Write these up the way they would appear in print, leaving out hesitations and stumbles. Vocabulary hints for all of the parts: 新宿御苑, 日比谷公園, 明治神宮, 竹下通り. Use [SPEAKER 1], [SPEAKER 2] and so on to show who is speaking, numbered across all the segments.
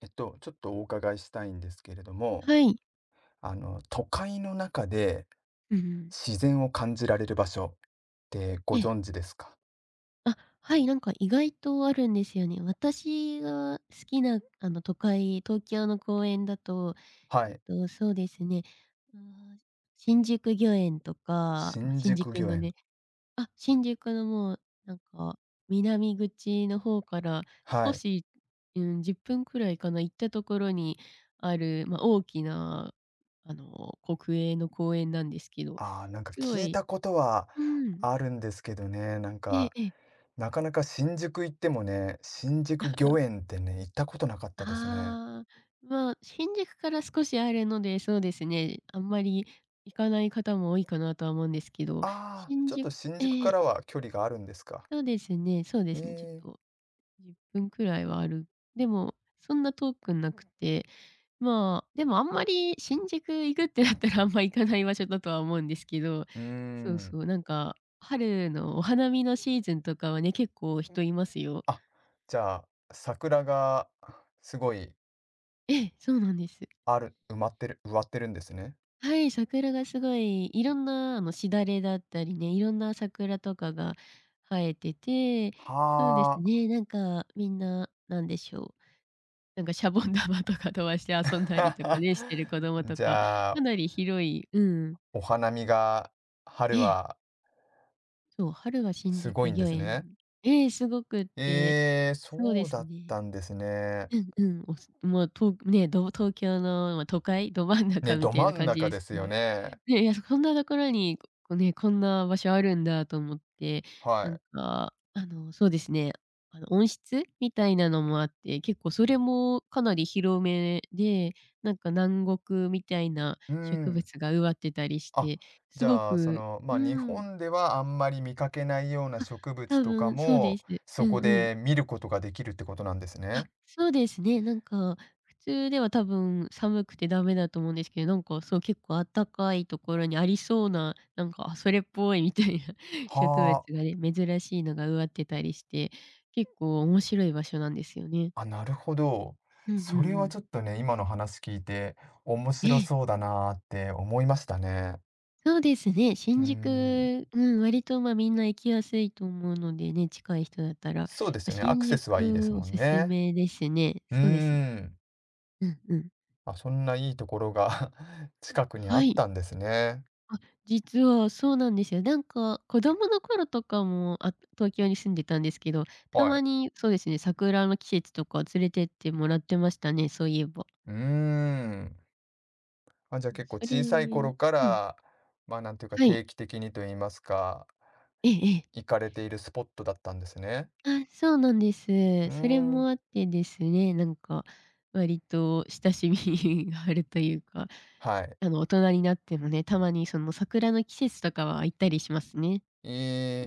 [SPEAKER 1] ちょっとお伺いしたいんですけれども、
[SPEAKER 2] はい。
[SPEAKER 1] 都会の中で
[SPEAKER 2] うん。
[SPEAKER 1] 自然を感じられる場所ってご
[SPEAKER 2] ええ。
[SPEAKER 1] 存知ですか？
[SPEAKER 2] あ、はい、なんか意外とあるんですよね。私が好きな、あの、都会東京の公園だと、
[SPEAKER 1] はい。
[SPEAKER 2] そうですね、ああ、新宿御苑とか、ま、
[SPEAKER 1] 新宿
[SPEAKER 2] 新
[SPEAKER 1] 御
[SPEAKER 2] 宿の
[SPEAKER 1] 苑。
[SPEAKER 2] ねあ、新宿のもう、なんか、南口の方から
[SPEAKER 1] は
[SPEAKER 2] 少
[SPEAKER 1] い。
[SPEAKER 2] し、うん、10分くらいかな、行ったところにある、ま、大きな、あの、国営の公園なんですけど、
[SPEAKER 1] ああ、なんか
[SPEAKER 2] すご
[SPEAKER 1] 聞い
[SPEAKER 2] い、
[SPEAKER 1] たことは
[SPEAKER 2] うん。
[SPEAKER 1] あるんですけどね、なん
[SPEAKER 2] え
[SPEAKER 1] か、
[SPEAKER 2] えええ。
[SPEAKER 1] なかなか新宿行ってもね、新宿御苑ってね、行ったことなかったですね。
[SPEAKER 2] ああ、まあ、新宿から少しあるので、そうですね、あんまり行かない方も多いかなとは思うんですけど、
[SPEAKER 1] ああ、
[SPEAKER 2] 新
[SPEAKER 1] ちょっ
[SPEAKER 2] 宿、
[SPEAKER 1] と新宿
[SPEAKER 2] え
[SPEAKER 1] か
[SPEAKER 2] え、
[SPEAKER 1] らは距離があるんですか。
[SPEAKER 2] そうですね、そうで
[SPEAKER 1] え
[SPEAKER 2] すね、ちょっと
[SPEAKER 1] え。
[SPEAKER 2] 1分くらいはある。でも、そんな遠くなくて、まあ、でもあんまり新宿行くってなったらあんま行かない場所だとは思うんですけど、
[SPEAKER 1] うー
[SPEAKER 2] そう
[SPEAKER 1] ん。
[SPEAKER 2] そう、なんか、春のお花見のシーズンとかはね、結構人いますよ。
[SPEAKER 1] あ、じゃあ、桜がすごい
[SPEAKER 2] ええ、そうなんです。
[SPEAKER 1] ある埋まってる植わってるんですね。
[SPEAKER 2] はい、桜がすごい、いろんな、あの、しだれだったりね、いろんな桜とかが生えてて、そうです
[SPEAKER 1] はあ。
[SPEAKER 2] ね、なんかみんな、なんでしょう、なんかシャボン玉とか飛ばして遊んだりとか ね、してる子供と
[SPEAKER 1] じ
[SPEAKER 2] か、
[SPEAKER 1] ゃ
[SPEAKER 2] か
[SPEAKER 1] あ、
[SPEAKER 2] なり広い、うん。
[SPEAKER 1] お花見が、
[SPEAKER 2] え
[SPEAKER 1] 春
[SPEAKER 2] え、
[SPEAKER 1] は
[SPEAKER 2] そう、春は新
[SPEAKER 1] すご
[SPEAKER 2] 宿
[SPEAKER 1] いんで
[SPEAKER 2] 御
[SPEAKER 1] す
[SPEAKER 2] 苑、
[SPEAKER 1] ね。
[SPEAKER 2] ええ、すごくって、
[SPEAKER 1] ええ、
[SPEAKER 2] そう
[SPEAKER 1] そ
[SPEAKER 2] で
[SPEAKER 1] う
[SPEAKER 2] す
[SPEAKER 1] だっ
[SPEAKER 2] ね。
[SPEAKER 1] たんですね。
[SPEAKER 2] うんうん、おすまとね、ど東京の、ま、都会、ど真ん
[SPEAKER 1] ね、
[SPEAKER 2] 中み
[SPEAKER 1] ど
[SPEAKER 2] たい
[SPEAKER 1] 真
[SPEAKER 2] な
[SPEAKER 1] ん
[SPEAKER 2] 感じ
[SPEAKER 1] 中
[SPEAKER 2] で
[SPEAKER 1] で
[SPEAKER 2] す
[SPEAKER 1] す
[SPEAKER 2] けど
[SPEAKER 1] よ
[SPEAKER 2] ね。
[SPEAKER 1] ね。
[SPEAKER 2] いや、そこ んなところに、こんな場所あるんだと思って、
[SPEAKER 1] は
[SPEAKER 2] なん
[SPEAKER 1] い。
[SPEAKER 2] か、あの、そうですね、あの、温室みたいなのもあって、結構それもかなり広めで、なんか南国みたいな
[SPEAKER 1] う
[SPEAKER 2] 植
[SPEAKER 1] ん。
[SPEAKER 2] 物が植わってたりし
[SPEAKER 1] あ、
[SPEAKER 2] て、
[SPEAKER 1] じ
[SPEAKER 2] すご
[SPEAKER 1] ゃあ、
[SPEAKER 2] く、
[SPEAKER 1] ま、あ、
[SPEAKER 2] う
[SPEAKER 1] 日
[SPEAKER 2] ん、
[SPEAKER 1] 本ではあんまり見かけないような
[SPEAKER 2] あ、
[SPEAKER 1] 植物
[SPEAKER 2] 多
[SPEAKER 1] とか
[SPEAKER 2] 分そうで
[SPEAKER 1] も、
[SPEAKER 2] す。う
[SPEAKER 1] そ
[SPEAKER 2] ん
[SPEAKER 1] こ
[SPEAKER 2] うん、
[SPEAKER 1] で見ることができるってことなんです
[SPEAKER 2] あ、
[SPEAKER 1] ね。
[SPEAKER 2] そうですね。なんか、普通では多分寒くてダメだと思うんですけど、なんかそう、結構あったかいところにありそうな、なんか、あ、それっぽいみたいな 植
[SPEAKER 1] は
[SPEAKER 2] 物
[SPEAKER 1] あ。
[SPEAKER 2] がね、珍しいのが植わってたりして、結構面白い場所なんですよね。
[SPEAKER 1] あ、なるほど。
[SPEAKER 2] うんうんう
[SPEAKER 1] それは
[SPEAKER 2] ん。
[SPEAKER 1] ちょっとね、今の話聞いて、面
[SPEAKER 2] え
[SPEAKER 1] 白
[SPEAKER 2] え、
[SPEAKER 1] そうだなーって思いましたね。
[SPEAKER 2] そうですね。
[SPEAKER 1] うー
[SPEAKER 2] 新宿、
[SPEAKER 1] ん。
[SPEAKER 2] うん、割と、ま、みんな行きやすいと思うのでね、近い人だったら、
[SPEAKER 1] そうです
[SPEAKER 2] ま、
[SPEAKER 1] よね、ア
[SPEAKER 2] 新
[SPEAKER 1] クセスはいいです
[SPEAKER 2] 宿お
[SPEAKER 1] もん
[SPEAKER 2] すす
[SPEAKER 1] ね。
[SPEAKER 2] めですね。
[SPEAKER 1] う
[SPEAKER 2] そうですね。
[SPEAKER 1] ーん。
[SPEAKER 2] うんうん。
[SPEAKER 1] あ、そんないいところが 近くにあ
[SPEAKER 2] は
[SPEAKER 1] っ
[SPEAKER 2] い。
[SPEAKER 1] たんですね。
[SPEAKER 2] あ、実はそうなんですよ。なんか、子供の頃とかも、あ、東京に住んでたんですけど、た
[SPEAKER 1] は
[SPEAKER 2] ま
[SPEAKER 1] い。
[SPEAKER 2] にそうですね、桜の季節とか連れてってもらってましたね、そういえば。
[SPEAKER 1] うーん。あ、じゃあ
[SPEAKER 2] ま、
[SPEAKER 1] 結構
[SPEAKER 2] それ、う
[SPEAKER 1] 小さい
[SPEAKER 2] ん、
[SPEAKER 1] 頃から、まあなんていうか
[SPEAKER 2] はい。
[SPEAKER 1] 定期的にと言いますか、
[SPEAKER 2] ええええ。
[SPEAKER 1] 行かれているスポットだったんですね。
[SPEAKER 2] あ、そうなんで
[SPEAKER 1] う
[SPEAKER 2] す。それ
[SPEAKER 1] ーん。
[SPEAKER 2] もあってですね、なんか、割と親しみ があるというか、
[SPEAKER 1] はい。
[SPEAKER 2] あの、大人になってもね、たまにその桜の季節とかは行ったりしますね。
[SPEAKER 1] え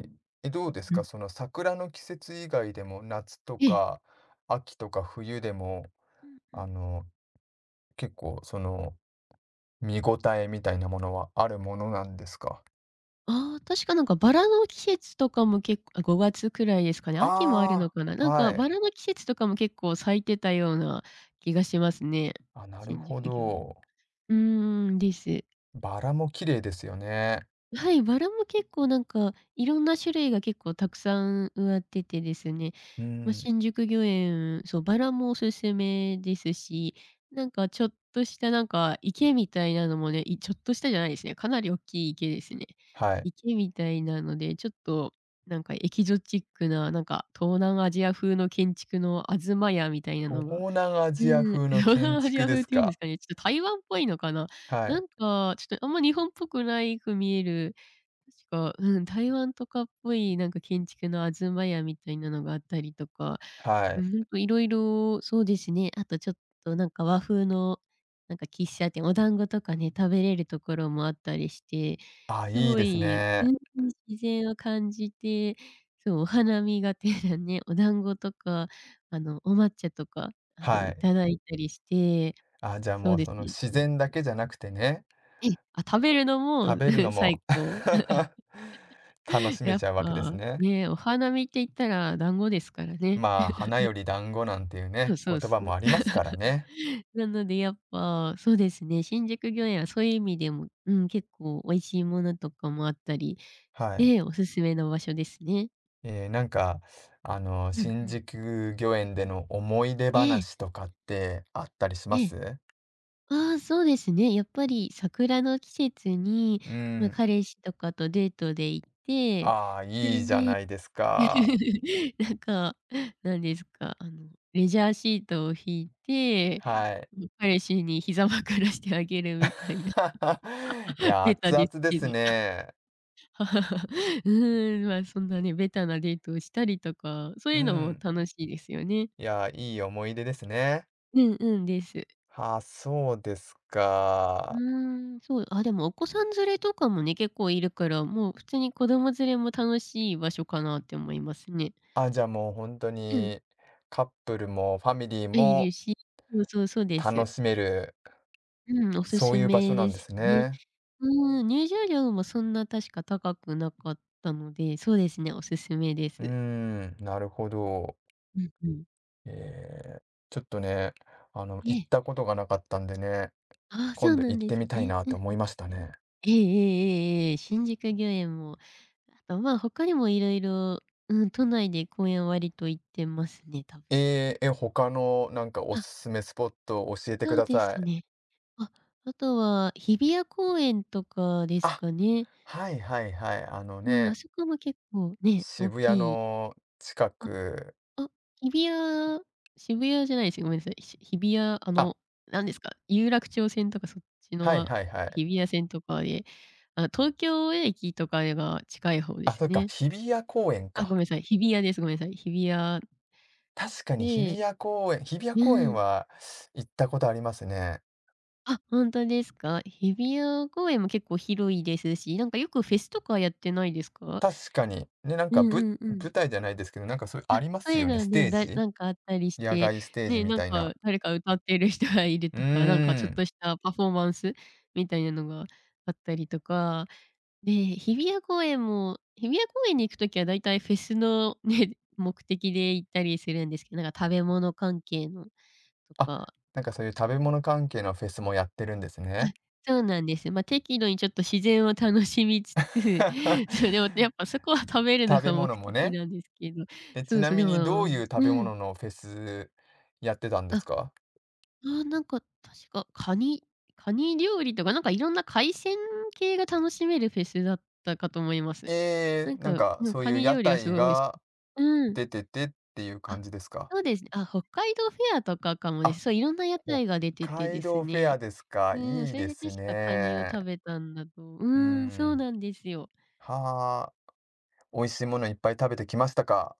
[SPEAKER 1] ーえ、どうです
[SPEAKER 2] うんう
[SPEAKER 1] か
[SPEAKER 2] ん。
[SPEAKER 1] その桜の季節以外でも夏と
[SPEAKER 2] ええ。
[SPEAKER 1] か秋とか冬でも
[SPEAKER 2] うんう
[SPEAKER 1] あ
[SPEAKER 2] ん。
[SPEAKER 1] の結構見応えみたいなものはあるものなんですか？
[SPEAKER 2] ああ、確かなんかバラの季節とかも結構、あ、5月くらいですかね。秋もあるの
[SPEAKER 1] あ
[SPEAKER 2] かな。
[SPEAKER 1] あー、
[SPEAKER 2] なん
[SPEAKER 1] は
[SPEAKER 2] か
[SPEAKER 1] い。
[SPEAKER 2] バラの季節とかも結構咲いてたような気がしますね。
[SPEAKER 1] あ、なる
[SPEAKER 2] 新
[SPEAKER 1] ほ
[SPEAKER 2] 宿御苑。
[SPEAKER 1] ど。
[SPEAKER 2] うーん、です。
[SPEAKER 1] バラも綺麗ですよね。
[SPEAKER 2] はい、バラも結構なんか、いろんな種類が結構たくさん植わっててですね、
[SPEAKER 1] う
[SPEAKER 2] まあ、
[SPEAKER 1] ん。
[SPEAKER 2] 新宿御苑、そう、バラもおすすめですし、なんかちょっとしたなんか池みたいなのもね、ちょっとしたじゃないですね、かなり大きい池ですね。
[SPEAKER 1] はい。
[SPEAKER 2] 池みたいなので、ちょっとなんかエキゾチックな、なんか東南アジア風の建築の東屋みたいなのが、
[SPEAKER 1] 東南ア
[SPEAKER 2] う
[SPEAKER 1] ジア
[SPEAKER 2] ん、
[SPEAKER 1] 風 の
[SPEAKER 2] 東
[SPEAKER 1] 建
[SPEAKER 2] 南アジア
[SPEAKER 1] 築で
[SPEAKER 2] 風っ
[SPEAKER 1] す
[SPEAKER 2] ていうんです
[SPEAKER 1] か？
[SPEAKER 2] かね、ちょっと台湾っぽいのかな。
[SPEAKER 1] は
[SPEAKER 2] な
[SPEAKER 1] い。
[SPEAKER 2] んかちょっとあんま日本っぽくないく見える、確か、うん、台湾とかっぽいなんか建築の東屋みたいなのがあったりとか、
[SPEAKER 1] は
[SPEAKER 2] う
[SPEAKER 1] い。
[SPEAKER 2] ん、ほんと色々そうですね、あとちょっとなんか和風のなんか喫茶店、お団子とかね、食べれるところもあったりして、
[SPEAKER 1] あ、
[SPEAKER 2] す
[SPEAKER 1] いい
[SPEAKER 2] ご
[SPEAKER 1] です
[SPEAKER 2] い、
[SPEAKER 1] ね。
[SPEAKER 2] うん、自然を感じて、そう、お花見がてらね、お団子とか、あの、お抹茶とか、あの、
[SPEAKER 1] は
[SPEAKER 2] い
[SPEAKER 1] い。
[SPEAKER 2] ただいたりして、
[SPEAKER 1] あ、じゃあ
[SPEAKER 2] そ
[SPEAKER 1] も
[SPEAKER 2] う
[SPEAKER 1] う
[SPEAKER 2] で
[SPEAKER 1] そ
[SPEAKER 2] す
[SPEAKER 1] の
[SPEAKER 2] ね、
[SPEAKER 1] 自
[SPEAKER 2] そう、
[SPEAKER 1] 然だけじゃなくてね、
[SPEAKER 2] ええ、あ、食べるの
[SPEAKER 1] 食
[SPEAKER 2] も
[SPEAKER 1] べるの も
[SPEAKER 2] 最高。
[SPEAKER 1] 楽しめ
[SPEAKER 2] やっ
[SPEAKER 1] ちゃうわけです
[SPEAKER 2] ぱ、
[SPEAKER 1] ね。
[SPEAKER 2] ね、お花見って言ったら団子ですからね。
[SPEAKER 1] まあ、花より団子なんていう
[SPEAKER 2] そう
[SPEAKER 1] ね、
[SPEAKER 2] そう
[SPEAKER 1] 言葉
[SPEAKER 2] そ
[SPEAKER 1] も
[SPEAKER 2] う。
[SPEAKER 1] ありますからね。
[SPEAKER 2] なのでやっぱ、そうですね、新宿御苑はそういう意味でも、うん、結構美味しいものとかもあったりし
[SPEAKER 1] はい。
[SPEAKER 2] て、おすすめの場所ですね。
[SPEAKER 1] なんか、
[SPEAKER 2] うんう
[SPEAKER 1] 新
[SPEAKER 2] ん。
[SPEAKER 1] 宿御苑での思い出
[SPEAKER 2] ええ、
[SPEAKER 1] 話とかってあったりしま
[SPEAKER 2] ええ。
[SPEAKER 1] す？
[SPEAKER 2] ああ、そうですね。やっぱり桜の季節に、
[SPEAKER 1] う
[SPEAKER 2] ま、
[SPEAKER 1] ん。
[SPEAKER 2] 彼氏とかとデートで行って、
[SPEAKER 1] ああ、
[SPEAKER 2] そ
[SPEAKER 1] い
[SPEAKER 2] れ
[SPEAKER 1] いじゃ
[SPEAKER 2] で
[SPEAKER 1] ないですか。
[SPEAKER 2] なんか、なんですか、あの、レジャーシートを敷いて、
[SPEAKER 1] はい。
[SPEAKER 2] 彼氏に膝枕してあげるみたいな、
[SPEAKER 1] い や、
[SPEAKER 2] ベタ
[SPEAKER 1] 熱々
[SPEAKER 2] です
[SPEAKER 1] で
[SPEAKER 2] け
[SPEAKER 1] す
[SPEAKER 2] ど。
[SPEAKER 1] ね。
[SPEAKER 2] うーん、まあ、そんなね、ベタなデートをしたりとか、そう
[SPEAKER 1] う
[SPEAKER 2] いうのも
[SPEAKER 1] ん。
[SPEAKER 2] 楽しいですよね。
[SPEAKER 1] いや、いい思い出ですね。
[SPEAKER 2] うんうん、です。
[SPEAKER 1] ああ、そうです
[SPEAKER 2] う
[SPEAKER 1] か。
[SPEAKER 2] ーん、そう、あ、でもお子さん連れとかもね、結構いるから、もう普通に子供連れも楽しい場所かなって思いますね。
[SPEAKER 1] あ、じゃあもう本当
[SPEAKER 2] うん、
[SPEAKER 1] に、カップルもファミリー
[SPEAKER 2] いる
[SPEAKER 1] も
[SPEAKER 2] し、そうそう、そうで
[SPEAKER 1] 楽
[SPEAKER 2] す。
[SPEAKER 1] しめる、
[SPEAKER 2] うん、おす
[SPEAKER 1] そう
[SPEAKER 2] す
[SPEAKER 1] いう場所
[SPEAKER 2] め
[SPEAKER 1] な
[SPEAKER 2] で
[SPEAKER 1] んで
[SPEAKER 2] す
[SPEAKER 1] す
[SPEAKER 2] ね。
[SPEAKER 1] ね。
[SPEAKER 2] うん、入場料もそんな確か高くなかったので、そうですね、おすすめで
[SPEAKER 1] うー
[SPEAKER 2] す。
[SPEAKER 1] ん、なるほど。
[SPEAKER 2] うんうん。
[SPEAKER 1] えーちょっとね、行っ
[SPEAKER 2] ええ。
[SPEAKER 1] たことがなかったんでね、
[SPEAKER 2] ああ、そ
[SPEAKER 1] 今
[SPEAKER 2] う
[SPEAKER 1] 度
[SPEAKER 2] な
[SPEAKER 1] 行っ
[SPEAKER 2] んで
[SPEAKER 1] て
[SPEAKER 2] す
[SPEAKER 1] みたい
[SPEAKER 2] ね。
[SPEAKER 1] な
[SPEAKER 2] うんう
[SPEAKER 1] と
[SPEAKER 2] ん。
[SPEAKER 1] 思いましたね。
[SPEAKER 2] ええええええええ、新宿御苑も、あと、まあ、他にも色々、うん、都内で公園割と行ってますね、多分。
[SPEAKER 1] ええ、他のなんかおす
[SPEAKER 2] あ、
[SPEAKER 1] すめスポットを教えて
[SPEAKER 2] そ
[SPEAKER 1] く
[SPEAKER 2] う
[SPEAKER 1] だ
[SPEAKER 2] で
[SPEAKER 1] さ
[SPEAKER 2] す
[SPEAKER 1] い。
[SPEAKER 2] ね。あ、あとは日比谷公園とかです
[SPEAKER 1] あ、
[SPEAKER 2] かね。
[SPEAKER 1] はいはいはい、あの
[SPEAKER 2] うん、あ
[SPEAKER 1] ね、
[SPEAKER 2] そこも結構ね、大
[SPEAKER 1] 渋谷
[SPEAKER 2] きい、
[SPEAKER 1] の近く。
[SPEAKER 2] あ、日比谷、渋谷じゃないですよ、ごめんなさい。日比谷、あ
[SPEAKER 1] あ、
[SPEAKER 2] の、なんですか、有楽町線とかそっちの、
[SPEAKER 1] はいはいはい。
[SPEAKER 2] 日比谷線とかで、あ、東京駅とかが近い方で
[SPEAKER 1] あ、
[SPEAKER 2] す
[SPEAKER 1] そっか、
[SPEAKER 2] ね。
[SPEAKER 1] 日比谷公園
[SPEAKER 2] あ、ご
[SPEAKER 1] か。
[SPEAKER 2] めんなさい、日比谷です。ごめんなさい。日比谷
[SPEAKER 1] 確かに日
[SPEAKER 2] で、
[SPEAKER 1] 比谷公園日比谷
[SPEAKER 2] う
[SPEAKER 1] 公園
[SPEAKER 2] ん。
[SPEAKER 1] は行ったことありますね。
[SPEAKER 2] あ、ほんとですか。日比谷公園も結構広いですし、なんかよくフェスとかやってないですか？
[SPEAKER 1] 確かに。ね、なん
[SPEAKER 2] う
[SPEAKER 1] か、
[SPEAKER 2] んう
[SPEAKER 1] ぶ
[SPEAKER 2] んうん。
[SPEAKER 1] 舞台じゃないですけど、なんかそういうあ
[SPEAKER 2] あ、
[SPEAKER 1] りま
[SPEAKER 2] そう
[SPEAKER 1] す
[SPEAKER 2] いう
[SPEAKER 1] よね、
[SPEAKER 2] の
[SPEAKER 1] ス
[SPEAKER 2] で、
[SPEAKER 1] テージ？
[SPEAKER 2] なんかあったりし
[SPEAKER 1] 野
[SPEAKER 2] て、
[SPEAKER 1] 外ステージ
[SPEAKER 2] ね、
[SPEAKER 1] み
[SPEAKER 2] なん
[SPEAKER 1] たいな。
[SPEAKER 2] か誰か歌ってる人がいる
[SPEAKER 1] う
[SPEAKER 2] とか、なんかち
[SPEAKER 1] ー
[SPEAKER 2] ょっと
[SPEAKER 1] ん。
[SPEAKER 2] したパフォーマンスみたいなのがあったりとか、で、日比谷公園も、日比谷公園に行く時はだいたいフェスのね、目的で行ったりするんですけど、なんか食べ物関係のと
[SPEAKER 1] あ、
[SPEAKER 2] か、
[SPEAKER 1] なんかそういう
[SPEAKER 2] う
[SPEAKER 1] 食べ
[SPEAKER 2] ん。
[SPEAKER 1] 物関係のフェスもやってるんです
[SPEAKER 2] あ、
[SPEAKER 1] ね。
[SPEAKER 2] そうなんです。ま、適度にちょっと自然を楽しみつつ、そう、でもやっ ぱそこは食べるの
[SPEAKER 1] 食べ
[SPEAKER 2] が目
[SPEAKER 1] 物も
[SPEAKER 2] 的
[SPEAKER 1] ね。
[SPEAKER 2] なんですけど、
[SPEAKER 1] え、ち
[SPEAKER 2] そう
[SPEAKER 1] な
[SPEAKER 2] そう、
[SPEAKER 1] み
[SPEAKER 2] で
[SPEAKER 1] にどう
[SPEAKER 2] も、
[SPEAKER 1] いう食
[SPEAKER 2] う
[SPEAKER 1] べ
[SPEAKER 2] ん。
[SPEAKER 1] 物のフェスやってたんで
[SPEAKER 2] あ、
[SPEAKER 1] すか？
[SPEAKER 2] ああ、なんか、確か、カニ料理とか、なんかいろんな海鮮系が楽しめるフェスだったかと思います。な
[SPEAKER 1] ええ、
[SPEAKER 2] ん
[SPEAKER 1] なん
[SPEAKER 2] か、
[SPEAKER 1] か
[SPEAKER 2] うん、
[SPEAKER 1] そう
[SPEAKER 2] カ
[SPEAKER 1] いう
[SPEAKER 2] ニ
[SPEAKER 1] 屋
[SPEAKER 2] 料理がす
[SPEAKER 1] 台
[SPEAKER 2] ごい美味しく、
[SPEAKER 1] が
[SPEAKER 2] うん。
[SPEAKER 1] 出ててっていう
[SPEAKER 2] あ、
[SPEAKER 1] 感じですか？
[SPEAKER 2] そうですね。あ、北海道フェアとかかもで
[SPEAKER 1] あ、
[SPEAKER 2] す。そう、いろんな屋
[SPEAKER 1] 北
[SPEAKER 2] 台が出てて
[SPEAKER 1] 海
[SPEAKER 2] です
[SPEAKER 1] 道フェア
[SPEAKER 2] ね。
[SPEAKER 1] ですか？
[SPEAKER 2] うん、
[SPEAKER 1] い
[SPEAKER 2] そ
[SPEAKER 1] い
[SPEAKER 2] れ
[SPEAKER 1] で
[SPEAKER 2] で
[SPEAKER 1] す
[SPEAKER 2] 確かカニを
[SPEAKER 1] ね。
[SPEAKER 2] 食べたんだと、う
[SPEAKER 1] う
[SPEAKER 2] ん、そう
[SPEAKER 1] ん。
[SPEAKER 2] なんですよ。
[SPEAKER 1] はあ。美味しいものいっぱい食べてきましたか？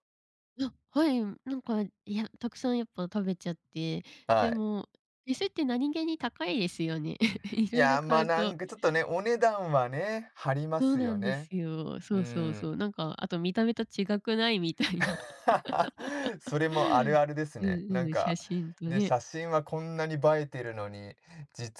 [SPEAKER 2] あ、はい、なんか、いや、たくさんやっぱ食べちゃって、
[SPEAKER 1] は
[SPEAKER 2] で
[SPEAKER 1] い。
[SPEAKER 2] も、フェスって何気に高いですよね。い
[SPEAKER 1] い
[SPEAKER 2] ろいろ
[SPEAKER 1] や、ま、
[SPEAKER 2] 買う
[SPEAKER 1] な
[SPEAKER 2] と。
[SPEAKER 1] んかちょっとね、お値段はね、張りま
[SPEAKER 2] そう
[SPEAKER 1] す
[SPEAKER 2] な
[SPEAKER 1] よ
[SPEAKER 2] んで
[SPEAKER 1] ね。
[SPEAKER 2] すよ。
[SPEAKER 1] う
[SPEAKER 2] そうそうそ
[SPEAKER 1] ん。
[SPEAKER 2] う。なんか、あと見た目と違くないみたいな。
[SPEAKER 1] それもある あるです
[SPEAKER 2] うん
[SPEAKER 1] ね。なん
[SPEAKER 2] うん、写
[SPEAKER 1] か、
[SPEAKER 2] 真と
[SPEAKER 1] ね、
[SPEAKER 2] ね。
[SPEAKER 1] 写真はこんなに映えてるのに、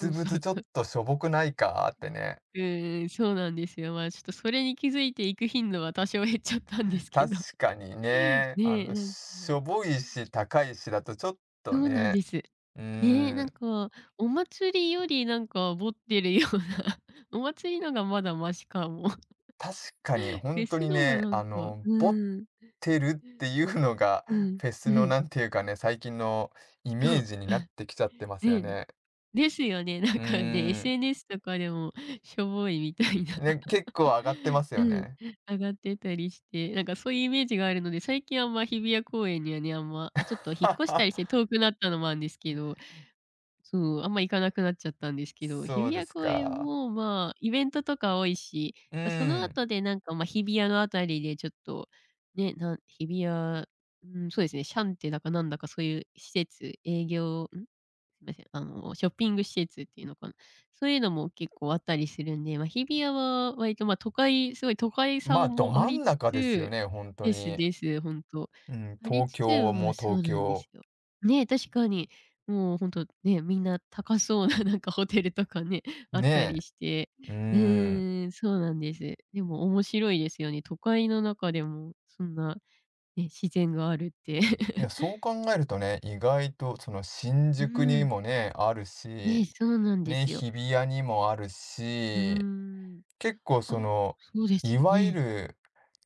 [SPEAKER 2] そうそ
[SPEAKER 1] 物
[SPEAKER 2] う
[SPEAKER 1] ちょっ
[SPEAKER 2] そう。
[SPEAKER 1] としょぼくないかってね。
[SPEAKER 2] うんうん、そうなんですよ。まあ、ちょっとそれに気づいていく頻度は多少減っちゃったんですけ
[SPEAKER 1] 確
[SPEAKER 2] ど。
[SPEAKER 1] かに ね、
[SPEAKER 2] ねえ、
[SPEAKER 1] しょぼいし、高いしだとちょっと
[SPEAKER 2] そうなん
[SPEAKER 1] ね、
[SPEAKER 2] です。
[SPEAKER 1] う
[SPEAKER 2] ねえ、
[SPEAKER 1] ん。
[SPEAKER 2] お祭りよりなんかぼってるような、お祭りのがまだマシかも。
[SPEAKER 1] 確かに
[SPEAKER 2] フ
[SPEAKER 1] 本
[SPEAKER 2] ェ
[SPEAKER 1] 当
[SPEAKER 2] ス
[SPEAKER 1] に
[SPEAKER 2] のが
[SPEAKER 1] ね、
[SPEAKER 2] なんかう
[SPEAKER 1] ボっ
[SPEAKER 2] ん、
[SPEAKER 1] てるっていうのが、
[SPEAKER 2] うん、
[SPEAKER 1] フェス
[SPEAKER 2] う
[SPEAKER 1] の
[SPEAKER 2] ん、
[SPEAKER 1] なんていうかね、最近のイ
[SPEAKER 2] そ
[SPEAKER 1] メー
[SPEAKER 2] う。
[SPEAKER 1] ジになっ てきちゃってます
[SPEAKER 2] ね
[SPEAKER 1] よ
[SPEAKER 2] え、
[SPEAKER 1] ね。
[SPEAKER 2] ですよね。なん
[SPEAKER 1] う
[SPEAKER 2] かね、
[SPEAKER 1] ーん。
[SPEAKER 2] SNS とかでもしょぼいみたいな、
[SPEAKER 1] ね、結構上がってま すよ
[SPEAKER 2] うん、
[SPEAKER 1] ね。
[SPEAKER 2] 上がってたりして、なんかそういうイメージがあるので、最近あんま日比谷公園にはね、あんま、あ、ちょっと引っ越し たりして遠くなったのもあるんですけど、そう、あんま行かなくなっちゃったんですけど、日
[SPEAKER 1] そう
[SPEAKER 2] 比
[SPEAKER 1] で
[SPEAKER 2] 谷
[SPEAKER 1] す
[SPEAKER 2] 公園
[SPEAKER 1] か。
[SPEAKER 2] も、まあ、イベントとか多いし、
[SPEAKER 1] う
[SPEAKER 2] ま、そ
[SPEAKER 1] ー
[SPEAKER 2] の
[SPEAKER 1] ん。
[SPEAKER 2] 後でなんか、ま、日比谷のあたりでちょっと、ね、なん日比谷、うん、そうですね、シャンテだかなんだかそういう施設、営業すいません、あの、ショッピング施設っていうのかな。そういうのも結構あったりするんで、ま、日比谷は割と、ま、都会すごい都会さ
[SPEAKER 1] まあ、ど
[SPEAKER 2] もあ
[SPEAKER 1] 真
[SPEAKER 2] り
[SPEAKER 1] ん
[SPEAKER 2] つ
[SPEAKER 1] 中ですよ
[SPEAKER 2] つ
[SPEAKER 1] ね、本当
[SPEAKER 2] です
[SPEAKER 1] に。
[SPEAKER 2] です、ほんと。
[SPEAKER 1] うん、
[SPEAKER 2] あり
[SPEAKER 1] 東
[SPEAKER 2] つ
[SPEAKER 1] 京
[SPEAKER 2] つ、
[SPEAKER 1] はも
[SPEAKER 2] ま、
[SPEAKER 1] う
[SPEAKER 2] そ
[SPEAKER 1] 東
[SPEAKER 2] うなんで
[SPEAKER 1] 京。
[SPEAKER 2] すよ。ね、確かに。もうほんとね、みんな高そうななんかホテルとかね、あった
[SPEAKER 1] ね
[SPEAKER 2] りして。
[SPEAKER 1] え。う
[SPEAKER 2] う
[SPEAKER 1] ーん。
[SPEAKER 2] ーん、そうなんです。でも面白いですよね。都会の中でもそんなね、自然があるって。
[SPEAKER 1] いや、そう考えるとね、意外とその新
[SPEAKER 2] うー
[SPEAKER 1] 宿に
[SPEAKER 2] ん、
[SPEAKER 1] もね、あるし、
[SPEAKER 2] ね、そうなんで
[SPEAKER 1] ね、
[SPEAKER 2] すよ。
[SPEAKER 1] 日比谷にもある
[SPEAKER 2] うー
[SPEAKER 1] し、
[SPEAKER 2] ん。
[SPEAKER 1] 結構
[SPEAKER 2] あ、そうです
[SPEAKER 1] いわゆ
[SPEAKER 2] ね。
[SPEAKER 1] る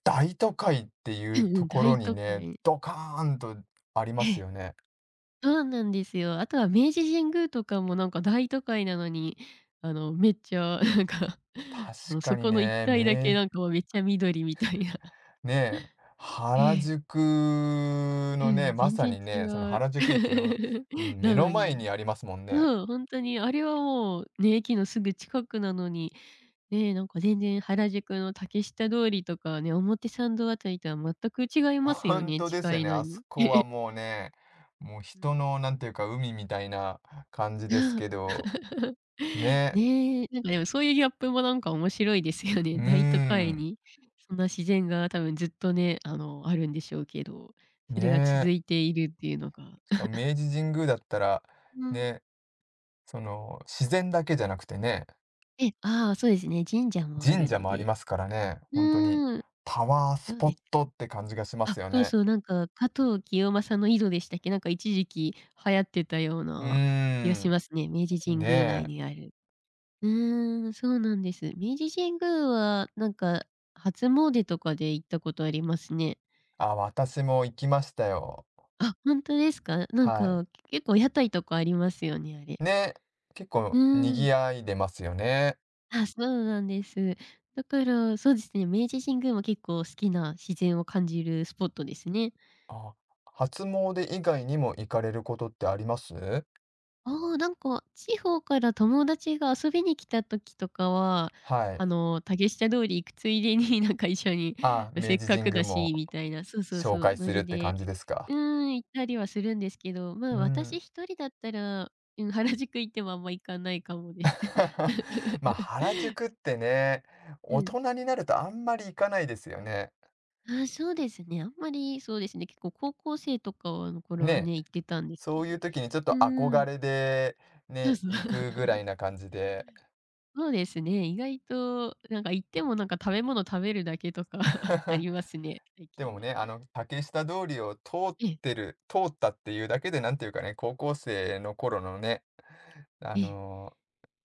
[SPEAKER 1] 大都会ってい
[SPEAKER 2] う
[SPEAKER 1] う
[SPEAKER 2] んう
[SPEAKER 1] と
[SPEAKER 2] ん、
[SPEAKER 1] ころ
[SPEAKER 2] 大
[SPEAKER 1] に
[SPEAKER 2] 都
[SPEAKER 1] ね、
[SPEAKER 2] 会。
[SPEAKER 1] ドカーンとあり
[SPEAKER 2] え
[SPEAKER 1] ます
[SPEAKER 2] え。
[SPEAKER 1] よね。
[SPEAKER 2] そうなんですよ。あとは明治神宮とかもなんか大都会なのに、あの、めっちゃ なんか、あ
[SPEAKER 1] 確
[SPEAKER 2] の、
[SPEAKER 1] か
[SPEAKER 2] そ
[SPEAKER 1] に
[SPEAKER 2] この一
[SPEAKER 1] ね、
[SPEAKER 2] 帯だけなんかもうめっちゃ緑みたいな。
[SPEAKER 1] ね、
[SPEAKER 2] え
[SPEAKER 1] 原
[SPEAKER 2] え。
[SPEAKER 1] 宿
[SPEAKER 2] う
[SPEAKER 1] のね、
[SPEAKER 2] ん、
[SPEAKER 1] ま
[SPEAKER 2] 全
[SPEAKER 1] さ
[SPEAKER 2] 然
[SPEAKER 1] に
[SPEAKER 2] 違
[SPEAKER 1] ね、その
[SPEAKER 2] う。
[SPEAKER 1] 原宿駅の、うん、 目
[SPEAKER 2] な
[SPEAKER 1] の
[SPEAKER 2] の
[SPEAKER 1] 前
[SPEAKER 2] に。
[SPEAKER 1] にありますもんね。
[SPEAKER 2] そう、ほんとにあれはもうね、駅のすぐ近くなのに、ね、なんか全然原宿の竹下通りとかね、表参道あたりとは全く違いますよ
[SPEAKER 1] 本
[SPEAKER 2] ね、
[SPEAKER 1] 当です
[SPEAKER 2] 近
[SPEAKER 1] よ
[SPEAKER 2] い
[SPEAKER 1] ね。
[SPEAKER 2] の
[SPEAKER 1] あ
[SPEAKER 2] に。
[SPEAKER 1] そこは もうね、もう
[SPEAKER 2] う
[SPEAKER 1] 人
[SPEAKER 2] ん。
[SPEAKER 1] のなんていうか、海みたいな感じ
[SPEAKER 2] う
[SPEAKER 1] です
[SPEAKER 2] ん。
[SPEAKER 1] けど、ね、
[SPEAKER 2] ねえ、なんかでもそういうギャップもなんか面白いですよ
[SPEAKER 1] う
[SPEAKER 2] ね。
[SPEAKER 1] ー
[SPEAKER 2] 大都会
[SPEAKER 1] ん、
[SPEAKER 2] にそんな自然が多分ずっとね、あの、あるんでしょうけど、それが続
[SPEAKER 1] ね。
[SPEAKER 2] いているっていうのが。
[SPEAKER 1] しかも明治神宮だったら、
[SPEAKER 2] うん。
[SPEAKER 1] ね、その自然だけじゃなくてね、
[SPEAKER 2] え、ああ、そうですね、神社もあ
[SPEAKER 1] 神
[SPEAKER 2] る
[SPEAKER 1] 社
[SPEAKER 2] の
[SPEAKER 1] もありま
[SPEAKER 2] で。
[SPEAKER 1] すからね、
[SPEAKER 2] う
[SPEAKER 1] 本当に
[SPEAKER 2] ーん、
[SPEAKER 1] パワース
[SPEAKER 2] そう
[SPEAKER 1] ポ
[SPEAKER 2] で
[SPEAKER 1] ッ
[SPEAKER 2] す
[SPEAKER 1] ト
[SPEAKER 2] ね。
[SPEAKER 1] って感じがします
[SPEAKER 2] あ、
[SPEAKER 1] よ
[SPEAKER 2] そう
[SPEAKER 1] ね。
[SPEAKER 2] そう、なんか加藤清正の井戸でしたっけ、なんか一時期流行ってたよう
[SPEAKER 1] うー
[SPEAKER 2] な気がし
[SPEAKER 1] ん、
[SPEAKER 2] ますね。明治神
[SPEAKER 1] ね
[SPEAKER 2] 宮内
[SPEAKER 1] え。
[SPEAKER 2] にある。うーん、そうなんです。明治神宮は、なんか、初詣とかで行ったことありますね。
[SPEAKER 1] あ、私も行きましたよ。
[SPEAKER 2] あ、ほんとですか？なん
[SPEAKER 1] はい。
[SPEAKER 2] か、結構屋台とかありますよね、あれ。
[SPEAKER 1] ね、結
[SPEAKER 2] う
[SPEAKER 1] 構
[SPEAKER 2] ーん。
[SPEAKER 1] 賑わいでますよね。
[SPEAKER 2] あ、そうなんです。だから、そうですね、明治神宮も結構好きな自然を感じるスポットですね。
[SPEAKER 1] あ、初詣以外にも行かれることってあります？
[SPEAKER 2] ああ、なんか、地方から友達が遊びに来た時とかは、
[SPEAKER 1] はい。
[SPEAKER 2] あの、竹下通り行くついでに、なんか一緒に、
[SPEAKER 1] あ、
[SPEAKER 2] せ
[SPEAKER 1] 明
[SPEAKER 2] っ
[SPEAKER 1] 治
[SPEAKER 2] か
[SPEAKER 1] 神
[SPEAKER 2] く
[SPEAKER 1] 宮
[SPEAKER 2] だし
[SPEAKER 1] も
[SPEAKER 2] みたいな、そうそう
[SPEAKER 1] 紹
[SPEAKER 2] そう、
[SPEAKER 1] 介
[SPEAKER 2] ノ
[SPEAKER 1] する
[SPEAKER 2] リ
[SPEAKER 1] って
[SPEAKER 2] で
[SPEAKER 1] 感じですか？
[SPEAKER 2] うーん、行ったりはするんですけど、ま
[SPEAKER 1] う
[SPEAKER 2] あ、私
[SPEAKER 1] ん。
[SPEAKER 2] 一人だったら、うん、原宿行ってもあんま行かないかもです。
[SPEAKER 1] ま、原宿ってね、
[SPEAKER 2] う
[SPEAKER 1] 大
[SPEAKER 2] ん。
[SPEAKER 1] 人になるとあんまり行かないですよね。
[SPEAKER 2] あ、そうですね。あんまり、そうですね、結構高校生とかの頃は
[SPEAKER 1] ね、
[SPEAKER 2] ね、行ってたんです
[SPEAKER 1] そ
[SPEAKER 2] け
[SPEAKER 1] ういう
[SPEAKER 2] ど。
[SPEAKER 1] 時にちょっ
[SPEAKER 2] う
[SPEAKER 1] と
[SPEAKER 2] ー
[SPEAKER 1] 憧
[SPEAKER 2] ん、
[SPEAKER 1] れで、
[SPEAKER 2] そう
[SPEAKER 1] ね、
[SPEAKER 2] そう。
[SPEAKER 1] 行くぐ らいな感じで。
[SPEAKER 2] そうですね、意外となんか行ってもなんか食べ物食べるだけとか あ りますね、最
[SPEAKER 1] で
[SPEAKER 2] 近
[SPEAKER 1] も
[SPEAKER 2] は。
[SPEAKER 1] ね、あの竹下通りを通っ
[SPEAKER 2] ええ。
[SPEAKER 1] てる通ったっていうだけで、なんていうかね、高校
[SPEAKER 2] うん。
[SPEAKER 1] 生の頃のね、あ
[SPEAKER 2] ええ。
[SPEAKER 1] のー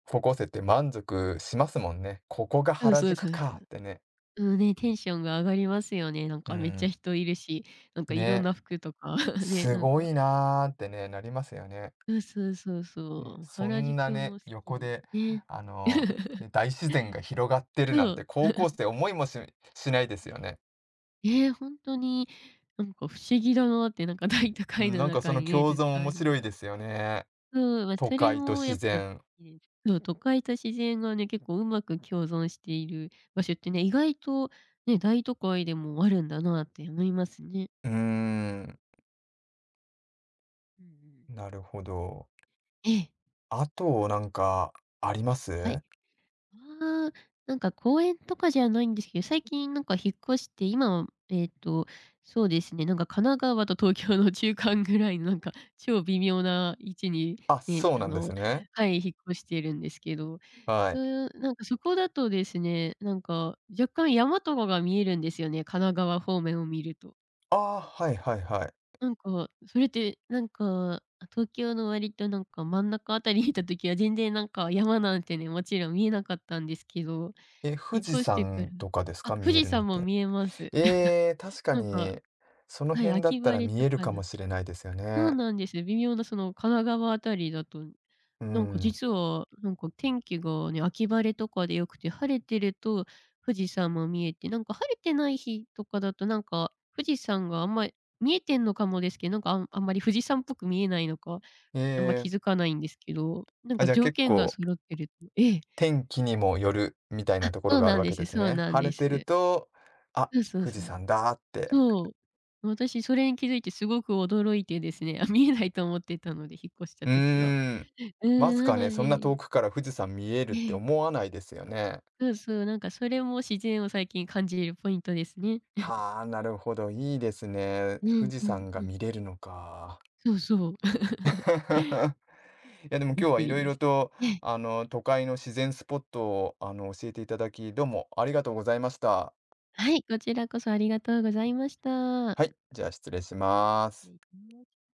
[SPEAKER 1] 高校生って満足しますもんね。ここが
[SPEAKER 2] そう
[SPEAKER 1] 原
[SPEAKER 2] そう
[SPEAKER 1] 宿
[SPEAKER 2] そうそ
[SPEAKER 1] かっ
[SPEAKER 2] う。
[SPEAKER 1] てね。
[SPEAKER 2] うん、ね、テンションが上がりますよね。なん
[SPEAKER 1] う
[SPEAKER 2] かめっちゃ
[SPEAKER 1] ん。
[SPEAKER 2] 人いるし、なんかいろん
[SPEAKER 1] ね、
[SPEAKER 2] な服とか ね、
[SPEAKER 1] す
[SPEAKER 2] なん
[SPEAKER 1] ご
[SPEAKER 2] か
[SPEAKER 1] いなーってね、なりますよね。
[SPEAKER 2] そうそうそう
[SPEAKER 1] ね、
[SPEAKER 2] そう。
[SPEAKER 1] そ
[SPEAKER 2] 原
[SPEAKER 1] んな
[SPEAKER 2] 宿も
[SPEAKER 1] ね、
[SPEAKER 2] 好き
[SPEAKER 1] 横
[SPEAKER 2] です
[SPEAKER 1] で、
[SPEAKER 2] ね。
[SPEAKER 1] あのね、大自然が広がってる
[SPEAKER 2] そ
[SPEAKER 1] なんて
[SPEAKER 2] う。
[SPEAKER 1] 高校生思いもしないですよね。
[SPEAKER 2] えー本当になんか不思議だなって、なんか大都
[SPEAKER 1] う
[SPEAKER 2] 会
[SPEAKER 1] ん、
[SPEAKER 2] の
[SPEAKER 1] なんかそ
[SPEAKER 2] 中
[SPEAKER 1] の
[SPEAKER 2] にね、
[SPEAKER 1] 共
[SPEAKER 2] ずっ
[SPEAKER 1] 存
[SPEAKER 2] とあ
[SPEAKER 1] 面
[SPEAKER 2] る
[SPEAKER 1] 白
[SPEAKER 2] の
[SPEAKER 1] いですよね。
[SPEAKER 2] そう、まあ、
[SPEAKER 1] 都
[SPEAKER 2] それ
[SPEAKER 1] 会と
[SPEAKER 2] もや
[SPEAKER 1] 自
[SPEAKER 2] っぱ好
[SPEAKER 1] 然。
[SPEAKER 2] きです。そう、都会と自然がね、結構うまく共存している場所ってね、意外とね、大都会でもあるんだなって思いますね。
[SPEAKER 1] うーん、
[SPEAKER 2] うんうん。
[SPEAKER 1] なるほど。
[SPEAKER 2] ええ、
[SPEAKER 1] あとなんかありま
[SPEAKER 2] はい。
[SPEAKER 1] す？
[SPEAKER 2] ああ、なんか公園とかじゃないんですけど、最近なんか引っ越して、今は、そうですね、なんか神奈川と東京の中間ぐらいのなんか超微妙な位置に
[SPEAKER 1] あ、
[SPEAKER 2] ね、
[SPEAKER 1] そう
[SPEAKER 2] あ
[SPEAKER 1] なんで
[SPEAKER 2] の、
[SPEAKER 1] すね。
[SPEAKER 2] はい、引っ越しているんですけど、
[SPEAKER 1] は
[SPEAKER 2] そ
[SPEAKER 1] い。
[SPEAKER 2] ういうなんかそこだとですね、なんか若干山とかが見えるんですよね、神奈川方面を見ると。
[SPEAKER 1] ああ、はいはいはい。
[SPEAKER 2] なんか、それって、なんか、あ、東京の割となんか真ん中あたりにいた時は全然なんか山なんてね、もちろん見えなかったんですけど、
[SPEAKER 1] え、富
[SPEAKER 2] 引っ
[SPEAKER 1] 士
[SPEAKER 2] 越してから
[SPEAKER 1] 山とかです
[SPEAKER 2] あ、
[SPEAKER 1] か？見
[SPEAKER 2] 富
[SPEAKER 1] え
[SPEAKER 2] 士
[SPEAKER 1] るのっ
[SPEAKER 2] 山も
[SPEAKER 1] て。
[SPEAKER 2] 見えます。
[SPEAKER 1] ええ、確か
[SPEAKER 2] なんか、
[SPEAKER 1] に、その
[SPEAKER 2] はい、
[SPEAKER 1] 辺だっ
[SPEAKER 2] 秋
[SPEAKER 1] た
[SPEAKER 2] 晴
[SPEAKER 1] ら
[SPEAKER 2] れ
[SPEAKER 1] 見
[SPEAKER 2] と
[SPEAKER 1] える
[SPEAKER 2] か
[SPEAKER 1] か
[SPEAKER 2] だ
[SPEAKER 1] もしれないですよ
[SPEAKER 2] そう
[SPEAKER 1] ね。
[SPEAKER 2] なんですね。微妙なその神奈川あたりだと、
[SPEAKER 1] う
[SPEAKER 2] なんか
[SPEAKER 1] ん。
[SPEAKER 2] 実は、なんか天気がね、秋晴れとかでよくて、晴れてると富士山も見えて、なんか晴れてない日とかだと、なんか富士山があんまり見えてんのかもですけど、なんかあんあんまり富士山っぽく見えないのか、
[SPEAKER 1] え
[SPEAKER 2] あんま
[SPEAKER 1] え、
[SPEAKER 2] 気づかないんですけど、なん
[SPEAKER 1] あ、
[SPEAKER 2] か
[SPEAKER 1] じゃあ
[SPEAKER 2] 条
[SPEAKER 1] 結
[SPEAKER 2] 件が
[SPEAKER 1] 構、
[SPEAKER 2] 揃ってるとええ。
[SPEAKER 1] 天気にもよるみたい
[SPEAKER 2] あ、
[SPEAKER 1] なところ
[SPEAKER 2] そう
[SPEAKER 1] がある
[SPEAKER 2] なん
[SPEAKER 1] わ
[SPEAKER 2] で
[SPEAKER 1] けで
[SPEAKER 2] す
[SPEAKER 1] す
[SPEAKER 2] そう
[SPEAKER 1] ね。
[SPEAKER 2] なん
[SPEAKER 1] 晴
[SPEAKER 2] で
[SPEAKER 1] れてる
[SPEAKER 2] す。
[SPEAKER 1] と、あ、
[SPEAKER 2] そうそう
[SPEAKER 1] 富士
[SPEAKER 2] そう。
[SPEAKER 1] 山だって。
[SPEAKER 2] そう。私それに気づいてすごく驚いてですね、あ、見えないと思ってたので、引っ越した
[SPEAKER 1] う
[SPEAKER 2] 時は。
[SPEAKER 1] ーん。
[SPEAKER 2] うー
[SPEAKER 1] ま
[SPEAKER 2] ん、
[SPEAKER 1] さ
[SPEAKER 2] な
[SPEAKER 1] か
[SPEAKER 2] の
[SPEAKER 1] ね、そんな
[SPEAKER 2] で
[SPEAKER 1] 遠くから富士山見えるっ
[SPEAKER 2] え
[SPEAKER 1] て
[SPEAKER 2] え、
[SPEAKER 1] 思わないですよね。
[SPEAKER 2] そうそう、なんかそれも自然を最近感じるポイントですね。
[SPEAKER 1] はあ、なるほど、いいですね。
[SPEAKER 2] う
[SPEAKER 1] 富
[SPEAKER 2] ん
[SPEAKER 1] 士
[SPEAKER 2] うん
[SPEAKER 1] 山が
[SPEAKER 2] うん。
[SPEAKER 1] 見れるのか。
[SPEAKER 2] そうそう。
[SPEAKER 1] いや、でも今日
[SPEAKER 2] びっ
[SPEAKER 1] は
[SPEAKER 2] く
[SPEAKER 1] い
[SPEAKER 2] り
[SPEAKER 1] ろい
[SPEAKER 2] で
[SPEAKER 1] ろ
[SPEAKER 2] す。
[SPEAKER 1] と、
[SPEAKER 2] ええ、
[SPEAKER 1] 都会の自然スポットを、教えていただき、どうもありがとうございました。
[SPEAKER 2] はい、こちらこそありがとうございました。
[SPEAKER 1] はい、じゃあ失礼しま
[SPEAKER 2] 失
[SPEAKER 1] す。
[SPEAKER 2] 礼します